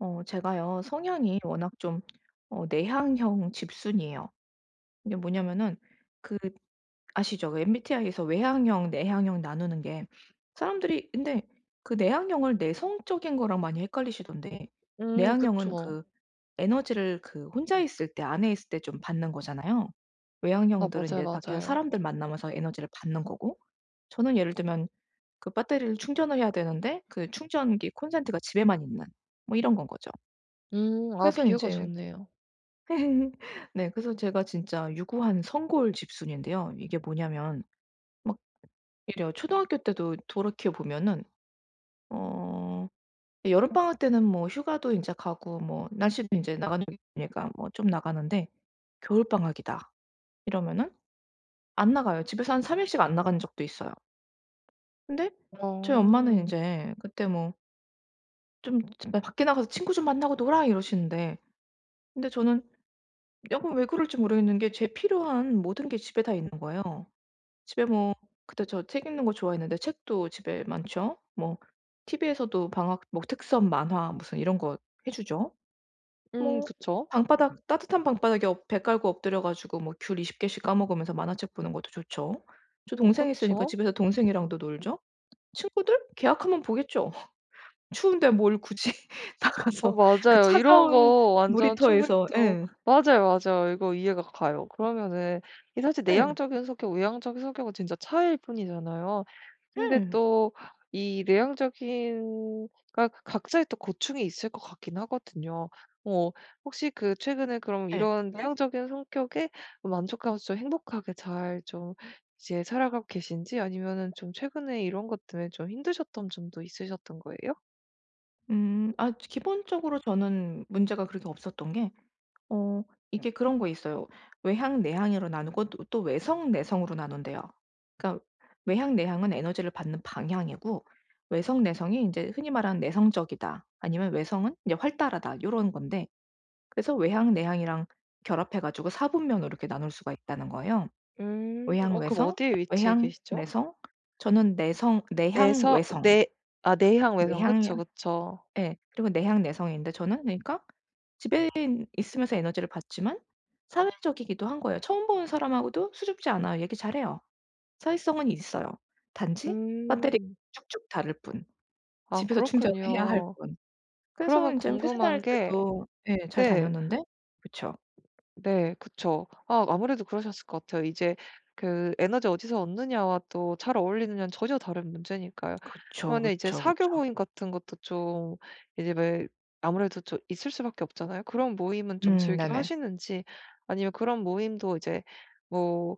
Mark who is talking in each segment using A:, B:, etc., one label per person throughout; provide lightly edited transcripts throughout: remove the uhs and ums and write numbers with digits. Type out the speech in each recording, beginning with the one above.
A: 제가요 성향이 워낙 좀 내향형 집순이에요. 이게 뭐냐면은 그 아시죠? 그 MBTI에서 외향형, 내향형 나누는 게 사람들이 근데 그 내향형을 내성적인 거랑 많이 헷갈리시던데 내향형은
B: 그쵸.
A: 그 에너지를 그 혼자 있을 때 안에 있을 때 좀 받는 거잖아요.
B: 아
A: 외향형들은 이
B: 맞아요,
A: 제 밖에서
B: 맞아요.
A: 사람들 만나면서 에너지를 받는 거고 저는 예를 들면 그 배터리를 충전을 해야 되는데 그 충전기 콘센트가 집에만 있는 뭐 이런 건 거죠.
B: 아
A: 그래서
B: 비유가
A: 인제
B: 좋네요.
A: 네, 그래서 제가 진짜 유구한 성골 집순인데요. 이게 뭐냐면 막 이래요. 초등학교 때도 돌이켜 보면은 어 여름방학 때는 뭐 휴가도 인제 가고 뭐 날씨도 인제 나가는 게니까 뭐 좀 나가는데 "겨울방학이다." 이러면은 안 나가요. 집에서 한 3 일씩 안 나간 적도 있어요. 근데 저희 엄마는
B: 어.
A: 인제 그때 뭐 "좀 나 밖에 나가서 친구 좀 만나고 놀아." 이러시는데 근데 저는 약간 왜 그럴지 모르겠는 게 제 필요한 모든 게 집에 다 있는 거예요. 집에 뭐 그때 저 책 읽는 거 좋아했는데 책도 집에 많죠. 뭐 티비에서도 방학 뭐 특선 만화 무슨 이런 거 해 주죠. 뭐
B: 그쵸.
A: 방바닥 따뜻한 방바닥에 엎 배 깔고 엎드려 가지고 뭐 귤 20 개씩 까 먹으면서 만화책 보는 것도 좋죠. 저 동
B: 어
A: 생 있으니까
B: 그쵸.
A: 집에서 동생이랑도 놀죠. 친구들? 계약하면 보겠죠. 추운데 뭘 굳이
B: 어
A: 나가서 그
B: 맞아요. 이런
A: 차가운
B: 거 완전 충분히
A: 놀이터에서.
B: 또
A: 예.
B: 맞아요, 맞아요. 이거 이해가 가요. 그러면은 이 사실
A: 예.
B: 내향적인 성격, 외향적인 성격은 진짜 차이일 뿐이잖아요. 근데
A: 예.
B: 또 이 내향적인 그 각자의 또 고충이 있을 것 같긴 하거든요. 어 혹시 그 최근에 그럼
A: 예.
B: 이런 내향적인 성격에 만족하면서 좀 행복하게 잘 좀 이제 살아가고 계신지 아니면은 좀 최근에 이런 것 때문에 좀 힘드셨던 점도 있으셨던 거예요?
A: 음. 아, 기본적으로 저는 문제가 그렇게 없었던 게 어 이게 그런 거 있어요. 외향, 내향으로 나누고 또 외성, 내성으로 나눈대요. 그러니까 외향, 내향은 에너지를 받는 방향이고 외성, 내성이 이제 흔히 말하는 내성적이다 아니면 외성은 이제 활달하다 이런 건데 그래서 외향, 내향이랑 결합해 가지고 사 분면으로 이렇게 나눌 수가 있다는 거예요.
B: 음.
A: 외향,
B: 어 그럼
A: 외성,
B: 어디에 위치해
A: 외향,
B: 계시죠?
A: 내성, 저는 내성 내향,
B: 내서
A: 외성,
B: 내 아 내향
A: 내
B: 외성
A: 향
B: 그쵸, 그쵸.
A: 예. 그리고 내향 내성인데 저는 그러니까 집에 있으면서 에너지를 받지만 사회적이기도 한 거예요. 처음 보는 사람하고도 수줍지 않아요. 얘기 잘해요. 사회성은 있어요. 단지 배터리가
B: 음.
A: 쭉쭉 닳을 뿐.
B: 아
A: 집에서 충전을 해야 할
B: 그렇군요.
A: 뿐. 그래서
B: 그러면
A: 인제 회사
B: 궁금한
A: 다닐
B: 게
A: 때도 예 잘
B: 네.
A: 다녔는데 그쵸.
B: 네. 그쵸. 아 아무래도 그러셨을 것 같아요. 이제 그 에너지 어디서 얻느냐와 또 잘 어울리느냐는 전혀 다른 문제니까요.
A: 그쵸,
B: 그러면 이제
A: 그쵸,
B: 사교
A: 그쵸.
B: 모임 같은 것도 좀 이제 왜 아무래도 좀 있을 수밖에 없잖아요. 그런 모임은 좀
A: 음,
B: 즐겨
A: 네네.
B: 하시는지 아니면 그런 모임도 이제 뭐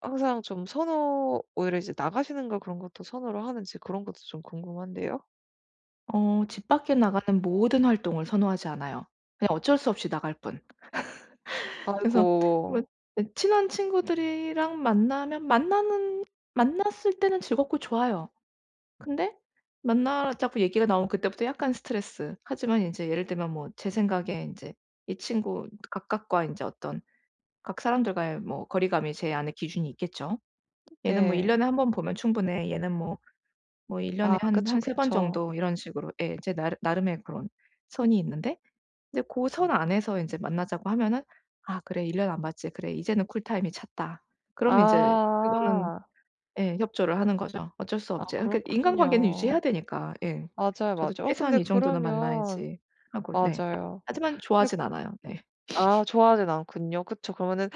B: 항상 좀 선호 오히려 이제 나가시는 걸 그런 것도 선호를 하는지 그런 것도 좀 궁금한데요.
A: 어, 집 밖에 나가는 모든 활동을 선호하지 않아요. 그냥 어쩔 수 없이 나갈 뿐. 그래서 뭐
B: 아이고.
A: 네, 친한 친구들이랑 만나면 만나는 만났을 때는 즐겁고 좋아요. 근데 만나자고 얘기가 나오면 그때부터 약간 스트레스. 하지만 인제 예를 들면 뭐 제 생각에 인제 이 친구 각각과 인제 어떤 각 사람들과의 뭐 거리감이 제 안에 기준이 있겠죠. 얘는 뭐 1
B: 네.
A: 년에 한 번 보면 충분해. 얘는 뭐 뭐 1 년에
B: 아
A: 한
B: 그쵸,
A: 한 3번
B: 그쵸.
A: 정도 이런 식으로 예 제 나름의 그런 선이 있는데 이제 그 선 안에서 인제 만나자고 하면은 '아 그래, 1년 안 봤지. 그래, 이제는 쿨타임이 찼다.' 그러면 인제 그거는
B: 아.
A: 예 협조를 하는 거죠. 어쩔 수
B: 아
A: 없지. 그러니까 인간관계는 유지해야
B: 그렇군요.
A: 되니까. 예.
B: 맞아요,
A: 저도
B: 맞아요. 어
A: '최소한
B: 근데
A: 이 정도는
B: 그러면
A: 만나야지.' 하고. 네.
B: 맞아요.
A: 하지만
B: 근데
A: 좋아하진 않아요. 네.
B: 아 좋아하진 않군요. 그쵸. 그러면은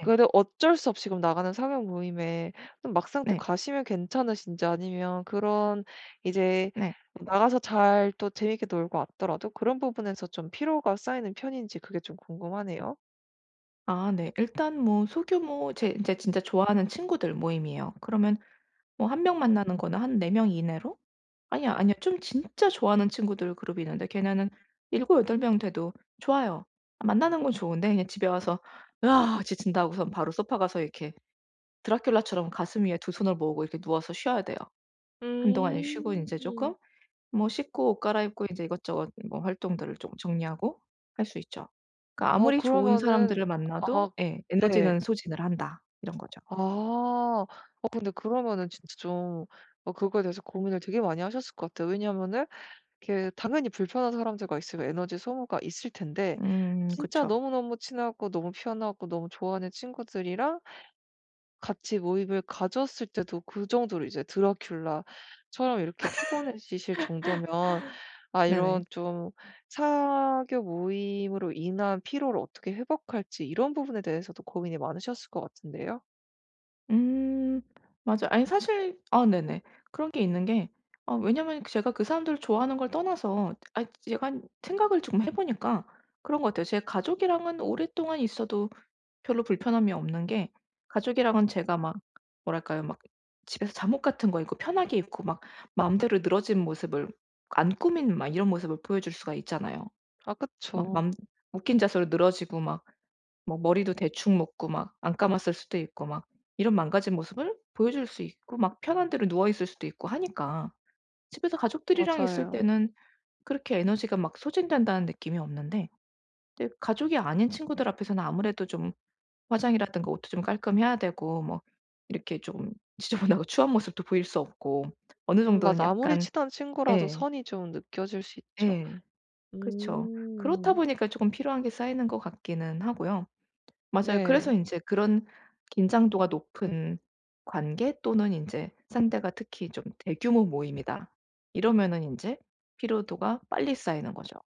A: 네.
B: 그래도 어쩔 수 없이 그럼 나가는 사교 모임에 또 막상 또
A: 네.
B: 가시면 괜찮으신지 아니면 그런 이제
A: 네.
B: 나가서 잘 또 재밌게 놀고 왔더라도 그런 부분에서 좀 피로가 쌓이는 편인지 그게 좀 궁금하네요.
A: 아 네. 일단 뭐 소규모 제 인제 진짜 좋아하는 친구들 모임이에요. 그러면 뭐 한 명 만나는 거는 한 네 명 이내로? 아니야, 아니야, 좀 진짜 좋아하는 친구들 그룹이 있는데 걔네는 일곱, 여덟 명 돼도 좋아요. 아, 만나는 건 좋은데 그냥 집에 와서 으아 지친다 고선 바로 소파 가서 이렇게 드라큘라처럼 가슴 위에 두 손을 모으고 이렇게 누워서 쉬어야 돼요. 한동안 쉬고 인제 쪼끔
B: 음.
A: 뭐 씻고 옷 갈아입고 인제 이것저것 뭐 활동들을 좀 정리하고 할 수 있죠. 그러니까
B: 어
A: 아무리 좋은
B: 그러면은
A: 사람들을 만나도
B: 아
A: 예
B: 네.
A: '에너지는 소진을 한다.' 이런 거죠.
B: 아. 어 근데 그러면은 진짜 좀 그거에 대해서 고민을 되게 많이 하셨을 것 같아요. 왜냐면은 그 당연히 불편한 사람들과 있으 에너지 소모가 있을 텐데 진짜
A: 그쵸.
B: 너무너무 친하고 너무 편하고 너무 좋아하는 친구들이랑 같이 모임을 가졌을 때도 그 정도로 이제 드라큘라처럼 이렇게 피곤해지실 정도면 아
A: 네네.
B: 이런 좀 사교 모임으로 인한 피로를 어떻게 회복할지 이런 부분에 대해서도 고민이 많으셨을 것 같은데요.
A: 음. 맞아, 아니 사실 아 네네. 그런 게 있는 게 왜냐면 제가 그 사람들을 좋아하는 걸 떠나서 아 제가 한 생각을 조금 해 보니까 그런 것 같아요. 제 가족이랑은 오랫동안 있어도 별로 불편함이 없는 게 가족이랑은 제가 막 뭐랄까요? 막 집에서 잠옷 같은 거 입고 편하게 입고 막 마음대로 늘어진 모습을 안 꾸민 막 이런 모습을 보여줄 수가 있잖아요.
B: 아
A: 막
B: 그쵸.
A: 맘 웃긴 자세로 늘어지고 막 뭐 머리도 대충 묶고 막 안 감았을 수도 있고 막 이런 망가진 모습을 보여줄 수 있고 막 편한 대로 누워 있을 수도 있고 하니까 집에서 가족들이랑 있을
B: 맞아요.
A: 때는 그렇게 에너지가 막 소진된다는 느낌이 없는데 이제 가족이 아닌 친구들 앞에서는 아무래도 좀 화장이라든가 옷도 좀 깔끔해야 되고 뭐 이렇게 좀 지저분하고 추한 모습도 보일 수 없고 어느 정도는
B: 맞아. 아무리
A: 약간.
B: 친한 친구라도
A: 예.
B: 선이 좀 느껴질 수 있죠.
A: 예. 그죠. 그렇다
B: 음.
A: 보니까 조금 필요한 게 쌓이는 것 같기는 하고요. 맞아요. 그래서
B: 네.
A: 인제 그런 긴장도가 높은 관계 또는 인제 상대가 특히 좀 대규모 모임이다. 이러면은 인제 피로도가 빨리 쌓이는 거죠.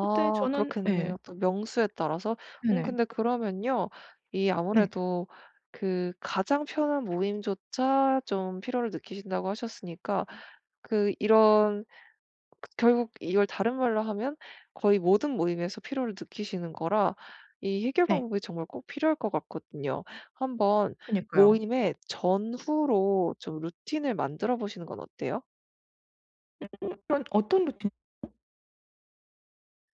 A: 그때 저는 예.
B: 그렇겠네요. 또 명수에 따라서.
A: 네네.
B: 근데 그러면요. 이
A: 네.
B: 아무래도 그 가장 편한 모임조차 좀 피로를 느끼신다고 하셨으니까 그 이런 결국 이걸 다른 말로 하면 거의 모든 모임에서 피로를 느끼시는 거라 이 해결
A: 네.
B: 방법이 정말 꼭 필요할 것 같거든요. 한번
A: 그니까요.
B: 모임의 전후로 좀 루틴을 만들어 보시는 건 어때요?
A: 그런 어떤 루틴.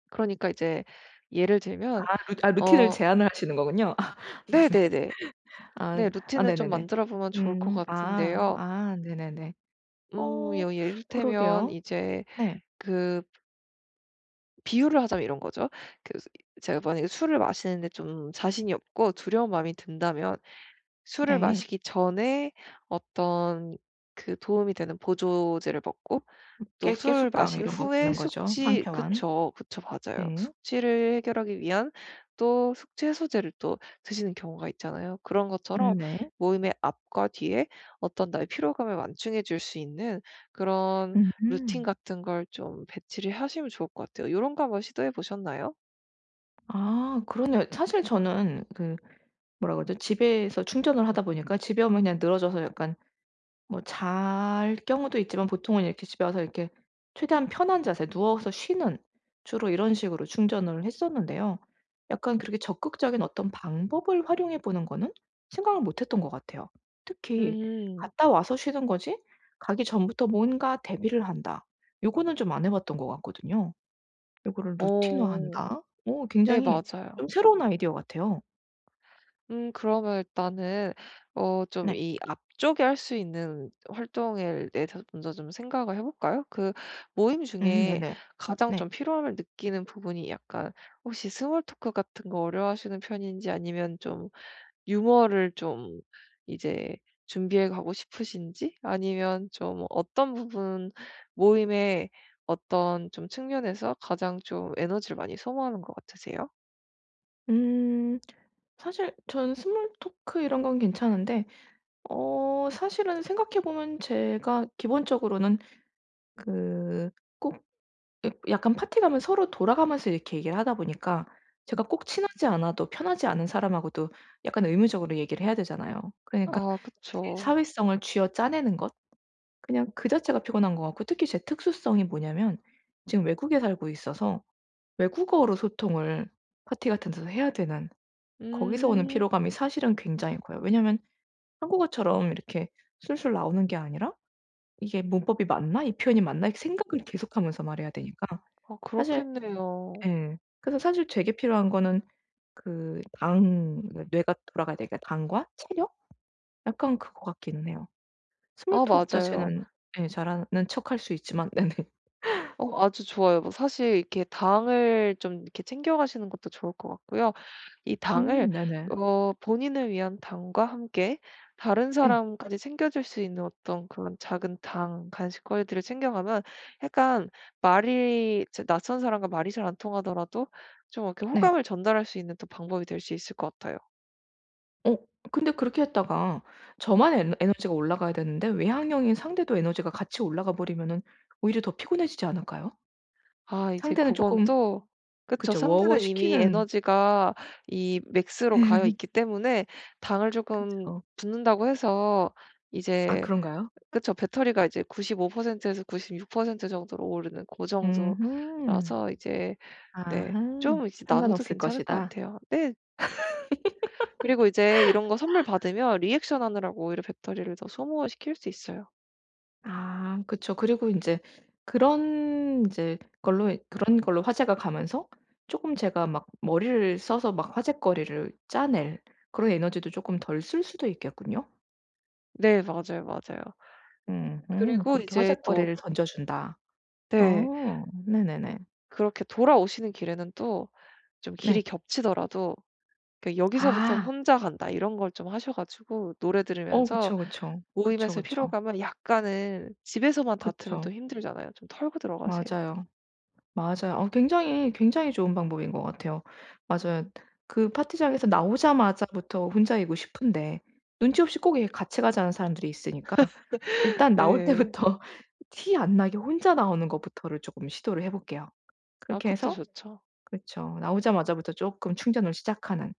B: 그러니까 이제 예를 들면
A: 아 루 아 루틴을
B: 어
A: 제안을 하시는 거군요. 아 네네.
B: 네네네.
A: 아
B: 네.
A: 아
B: 루틴을 좀
A: 네네네.
B: 만들어 보면 좋을 것
A: 음. 아.
B: 같은데요.
A: 아 네네네. 어
B: 여 예, 이를테면
A: 그러게요.
B: 이제
A: 네.
B: 그 비유를 하자면 이런 거죠. 그 수- 제가 만약에 술을 마시는데 좀 자신이 없고 두려운 마음이 든다면 술을
A: 네.
B: 마시기 전에 어떤 그 도움이 되는 보조제를 먹고 또
A: 깨
B: 술
A: 깨숙강
B: 마신
A: 이런 거
B: 후에
A: 보는 거죠,
B: 숙취
A: 상쾌한.
B: 그쵸. 그쵸. 맞아요.
A: 네.
B: 숙취를 해결하기 위한 또 숙취 해소제를 또 드시는 경우가 있잖아요. 그런 것처럼
A: 네.
B: 모임의 앞과 뒤에 어떤 나의 피로감을 완충해 줄 수 있는 그런 루틴
A: 음.
B: 같은 걸 좀 배치를 하시면 좋을 것 같아요. 요런 거 한번 시도해 보셨나요?
A: 아 그러네요. 사실 저는 그 뭐라 그러죠? 집에서 충전을 하다 보니까 집에 오면 그냥 늘어져서 약간 뭐 잘 경우도 있지만 보통은 이렇게 집에 와서 이렇게 최대한 편한 자세 누워서 쉬는 주로 이런 식으로 충전을 했었는데요. 약간 그렇게 적극적인 어떤 방법을 활용해 보는 거는 생각을 못 했던 것 같아요. 특히
B: 음.
A: '갔다 와서 쉬는 거지 가기 전부터 뭔가 대비를 한다.' 요거는 좀 안 해 봤던 것 같거든요. 요거를
B: 어.
A: 루틴화한다. 어
B: 네
A: 굉장히
B: 맞아요.
A: 좀 새로운 아이디어 같아요.
B: 그러면 일단은 어 좀
A: 네.
B: 이 앞쪽에 할 수 있는 활동에 대해서 먼저 좀 생각을 해 볼까요? 그 모임 중에
A: 네네.
B: 가장
A: 네.
B: 좀 필요함을 느끼는 부분이 약간 혹시 스몰 토크 같은 거 어려워하시는 편인지 아니면 좀 유머를 좀 이제 준비해 가고 싶으신지 아니면 좀 어떤 부분 모임의 어떤 좀 측면에서 가장 좀 에너지를 많이 소모하는 것 같으세요?
A: 음 사실 전 스몰 토크 이런 건 괜찮은데 어 사실은 생각해 보면 제가 기본적으로는 그 꼭 약 약간 파티 가면 서로 돌아가면서 이렇게 얘기를 하다 보니까 제가 꼭 친하지 않아도 편하지 않은 사람하고도 약간 의무적으로 얘기를 해야 되잖아요. 그러니까
B: 아
A: 제
B: 그쵸.
A: 사회성을 쥐어짜내는 것? 그냥 그 자체가 피곤한 것 같고 특히 제 특수성이 뭐냐면 지금 외국에 살고 있어서 외국어로 소통을 파티 같은 데서 해야 되는 거기서 오는
B: 음.
A: 피로감이 사실은 굉장히 커요. 왜냐면 한국어처럼 이렇게 술술 나오는 게 아니라 '이게 문법이 맞나? 이 표현이 맞나?' 이렇게 생각을 계속하면서 말해야 되니까
B: 아
A: 사실
B: 그렇겠네요.
A: 예. 그래서 사실 되게 필요한 거는 그당 그러니까 뇌가 돌아가야 되니까 당과 체력? 약간 그거 같기는 해요. 스몰
B: 아
A: 톡
B: 맞아요.
A: 자체는 예 잘하는 척할 수 있지만 네네.
B: 어 아주 좋아요. 뭐 사실 이렇게 당을 좀 이렇게 챙겨 가시는 것도 좋을 것 같고요. 이 당을
A: 네네.
B: 어 본인을 위한 당과 함께 다른
A: 예.
B: 사람까지 챙겨 줄 수 있는 어떤 그런 작은 당, 간식거리들을 챙겨 가면 약간 말이 제 낯선 사람과 말이 잘 안 통하더라도 좀 이렇게
A: 네.
B: 호감을 전달할 수 있는 또 방법이 될 수 있을 것 같아요.
A: 어 근데 그렇게 했다가 저만 에너지가 올라가야 되는데 외향형인 상대도 에너지가 같이 올라가 버리면은 오히려 더 피곤해지지 않을까요?
B: 아 이제
A: 상대는
B: 그건
A: 쪼끔
B: 또 그쵸.
A: 그쵸.
B: 상대는 이미
A: 워워시키는
B: 에너지가 이 맥스로 가여 있기 때문에 당을 조금
A: 그쵸.
B: 붓는다고 해서
A: 아
B: 이제
A: 그런가요?
B: 그쵸. 배터리가 이제 95% 에서 96% 정도로 오르는 고
A: 음음.
B: 정도라서 이제 네
A: 아하.
B: 좀 이제 나눠도
A: 상관없을
B: 괜찮을 것
A: 것이다.
B: 같아요. 네. 그리고 이제 이런 거 선물 받으면 리액션 하느라고 오히려 배터리를 더 소모시킬 수 있어요.
A: 아 그쵸. 그리고 인제 그런 인제 걸로 이 그런 걸로 화제가 가면서 쪼끔 제가 막 머리를 써서 막 화제거리를 짜낼 그런 에너지도 쪼끔 덜 쓸 수도 있겠군요.
B: 네 맞아요, 맞아요. 그리고
A: 그렇게
B: 이제 또
A: 화제거리를 던져준다.
B: 네
A: 어 네네네.
B: 그렇게 돌아오시는 길에는 또 좀 길이
A: 네.
B: 겹치더라도 그 '여기서부터는
A: 아.
B: 혼자 간다.' 이런 걸 좀 하셔 가지고 노래
A: 어
B: 들으면서
A: 그쵸, 그쵸.
B: 모임에
A: 그쵸,
B: 서
A: 그쵸.
B: 피로감은 약간은 집에서만 다투면
A: 그쵸.
B: 또 힘들잖아요. 좀 털고 들어가세요.
A: 맞아요. 맞아요. 어 굉장히, 굉장히 좋은 방법인 것 같아요. 맞아요. 그 파티장에서 나오자마자부터 혼자이고 싶은데 눈치 없이 꼭 이렇게 같이 가자는 사람들이 있으니까 일단 나올
B: 네.
A: 때부터 티 안 나게 혼자 나오는 것부터를 쪼끔 시도를 해 볼게요. 그렇게
B: 아카트
A: 해서
B: 좋죠.
A: 그쵸. 나오자마자부터 쪼끔 충전을 시작하는.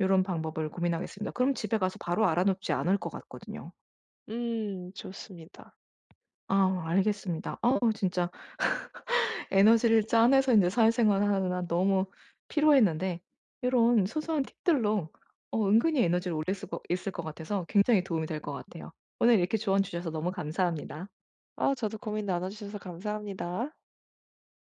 A: 요런 방법을 고민하겠습니다. 그럼 집에 가서 바로 알아놓지 않을 것 같거든요.
B: 좋습니다.
A: 아 알겠습니다. 어우 진짜 에너지를 짜내서 인제 사회생활을 하느라 너무 피로했는데 요런 소소한 팁들로 어 은근히 에너지를 올릴 수가 있을 것 같아서 굉장히 도움이 될 것 같아요. 오늘 이렇게 조언 주셔서 너무 감사합니다.
B: 아 저도 고민 나눠 주셔서 감사합니다.